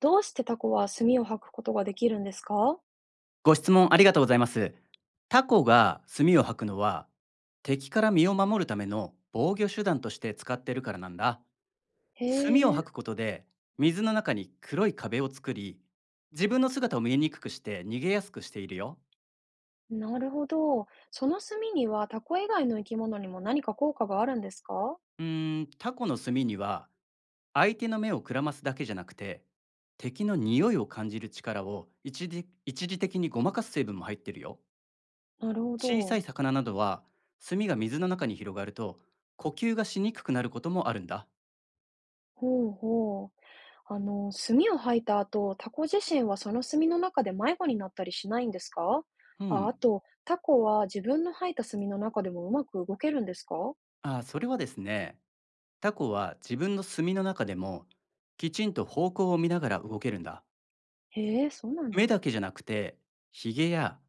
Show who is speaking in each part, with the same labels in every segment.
Speaker 1: どうしてタコは墨を吐くことができるんですか？
Speaker 2: ご質問ありがとうございます。タコが墨を吐くのは、敵から身を守るための防御手段として使ってるからなんだ。墨を
Speaker 1: へえ。
Speaker 2: 吐くことで、水の中に黒い壁を作り、自分の姿を見えにくくして逃げやすくしているよ。
Speaker 1: なるほど。その墨にはタコ以外の生き物にも何か効果があるんですか？
Speaker 2: タコの墨には、相手の目をくらますだけじゃなくて、敵の匂いを感じる力を一時的にごまかす成分も入ってるよ。
Speaker 1: なるほ
Speaker 2: 小さい
Speaker 1: ど。
Speaker 2: 魚などは、墨が水の中に広がると呼吸がしにくくなることもあるんだ。
Speaker 1: ほうほう。墨を吐いた後、タコ自身はその墨の中で迷子になったりしないんですか？
Speaker 2: う
Speaker 1: あ、あ
Speaker 2: ん。
Speaker 1: と、タコは自分の吐いた墨の中でもうまく動けるんですか？
Speaker 2: あ、それはですね、タコは自分の墨の中でも、きちんと方向を見ながら動けるんだ。
Speaker 1: へえ、そうなん
Speaker 2: 目
Speaker 1: だ。
Speaker 2: だけじゃなくて、ヒゲや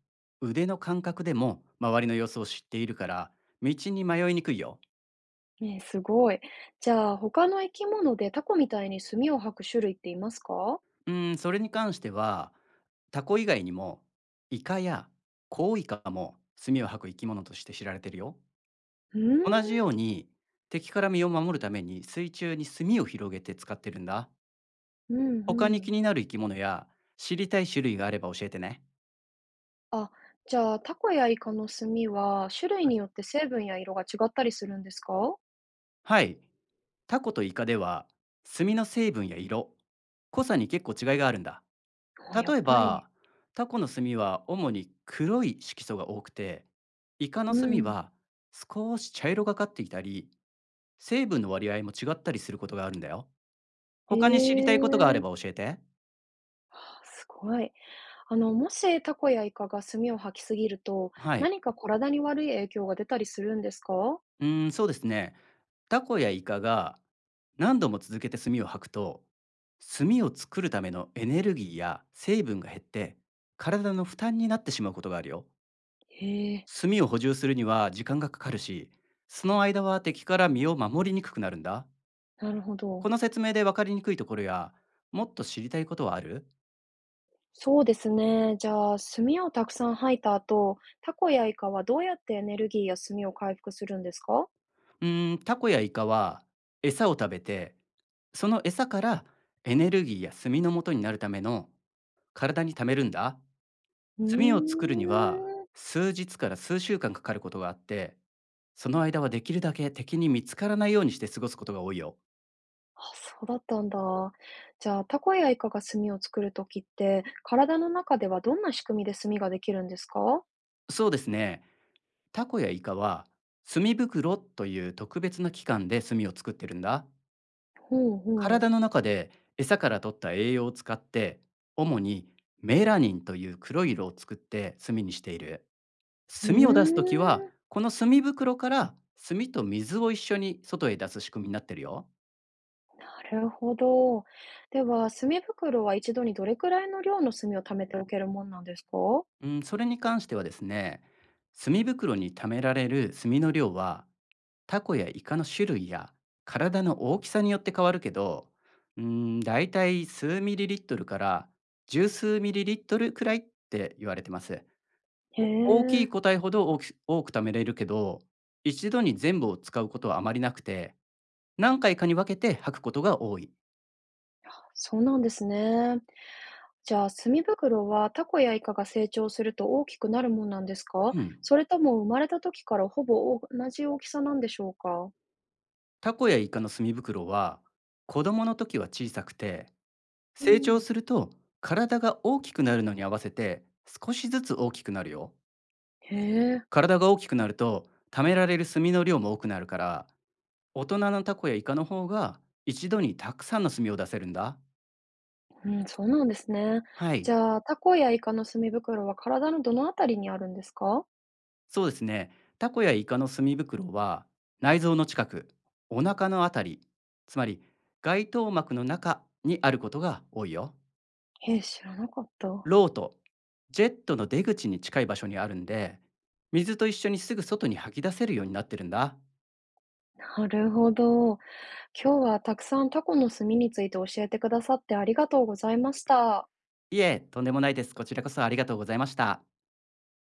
Speaker 2: 腕の感覚でも周りの様子を知っているから、道に迷いにくいよ。
Speaker 1: ねえ、すごい。じゃあ、他の生き物でタコみたいに墨を吐く種類っていますか？
Speaker 2: うん、それに関しては、タコ以外にもイカやコウイカも墨を吐く生き物として知られてるよ。
Speaker 1: うー
Speaker 2: 同じ
Speaker 1: ん。
Speaker 2: ように、敵から身を守るために水中に墨を広げて使ってるんだ。
Speaker 1: うん
Speaker 2: 他
Speaker 1: う
Speaker 2: に
Speaker 1: ん。
Speaker 2: 気になる生き物や知りたい種類があれば教えてね。
Speaker 1: あ、じゃあ、タコやイカの炭は、種類
Speaker 2: は
Speaker 1: によっ
Speaker 2: い
Speaker 1: て成分や色が違ったりするんですか？
Speaker 2: はい。タコとイカでは、墨の成分や色、濃さに結構違いがあるんだ。
Speaker 1: あ、やっ
Speaker 2: 例え
Speaker 1: ぱり。
Speaker 2: ば、タコの墨は主に黒い色素が多くて、イカ
Speaker 1: う
Speaker 2: の墨
Speaker 1: ん。
Speaker 2: は少し茶色がかっていたり、成分の割合も違ったりすることがあるんだよ。
Speaker 1: え
Speaker 2: 他に知りたいことがあれ
Speaker 1: え。
Speaker 2: ば教えて。
Speaker 1: あ、すごい。もしタコやイカが炭を吐きすぎると、
Speaker 2: はい。
Speaker 1: 何か体に悪い影響が出たりするんですか？
Speaker 2: うーん、そうですね。タコやイカが何度も続けて炭を吐くと、炭を作るためのエネルギーや成分が減って、体の負担になってしまうことがあるよ。
Speaker 1: へえ。
Speaker 2: 炭を補充するには時間がかかるし、その間は敵から身を守りにくくなるんだ。
Speaker 1: なるほど。
Speaker 2: この説明で分かりにくいところや、もっと知りたいことはある？
Speaker 1: そうですね。じゃあ、炭をたくさん吐いた後、タコやイカはどうやってエネルギーや炭を回復するんですか？
Speaker 2: タコやイカは餌を食べて、その餌からエネルギーや炭の元になるための体に貯めるんだ。
Speaker 1: うー
Speaker 2: 炭を作るには、
Speaker 1: ん。
Speaker 2: 数日から数週間かかることがあって、その間はできるだけ敵に見つからないようにして過ごすことが多いよ。
Speaker 1: あ、そうだったんだ。じゃあ、タコやイカが炭を作るときって、体の中ではどんな仕組みで炭ができるんですか？
Speaker 2: そうですね。タコやイカは、炭袋という特別な器官で炭を作ってるんだ。
Speaker 1: ほうほう。
Speaker 2: 体の中で餌から取った栄養を使って、主にメラニンという黒い色を作って炭にしている。
Speaker 1: うー
Speaker 2: 炭を出す
Speaker 1: ん、
Speaker 2: ときは、この炭袋から炭と水を一緒に外へ出す仕組みになってるよ。
Speaker 1: なるほど。では、炭袋は一度にどれくらいの量の炭を貯めておけるもんなんですか？
Speaker 2: うん、それに関してはですね、墨袋に貯められる墨の量は、タコやイカの種類や体の大きさによって変わるけど、うん、だいたい数ミリリットルから十数ミリリットルくらいって言われてます。
Speaker 1: へ
Speaker 2: 大きい
Speaker 1: え、
Speaker 2: 個体ほど多く貯めれるけど、一度に全部を使うことはあまりなくて、何回かに分けて吐くことが多い。
Speaker 1: そうなんですね。じゃあ、炭袋はタコやイカが成長すると大きくなるもんなんですか？
Speaker 2: うん、
Speaker 1: それとも生まれた時からほぼ同じ大きさなんでしょうか？
Speaker 2: タコやイカの墨袋は、子供の時は小さくて、
Speaker 1: う
Speaker 2: 成長
Speaker 1: ん。
Speaker 2: すると体が大きくなるのに合わせて少しずつ大きくなるよ。
Speaker 1: へ。
Speaker 2: 体が大きくなると貯められる炭の量も多くなるから、大人のタコやイカの方が一度にたくさんの炭を出せるんだ。
Speaker 1: うん、そうなんですね。
Speaker 2: は
Speaker 1: じ
Speaker 2: い。
Speaker 1: ゃあ、タコやイカの墨袋は体のどのあたりにあるんですか？
Speaker 2: そうですね。タコやイカの炭袋は、内臓の近く、お腹のあたり、つまり外頭膜の中にあることが多いよ。
Speaker 1: ええ、知らなかった。
Speaker 2: ロート、ジェットの出口に近い場所にあるんで、水と一緒にすぐ外に吐き出せるようになってるんだ。
Speaker 1: なるほど。今日はたくさんタコの墨について教えてくださってありがとうございました。
Speaker 2: いえ、とんでもないです。こちらこそありがとうございました。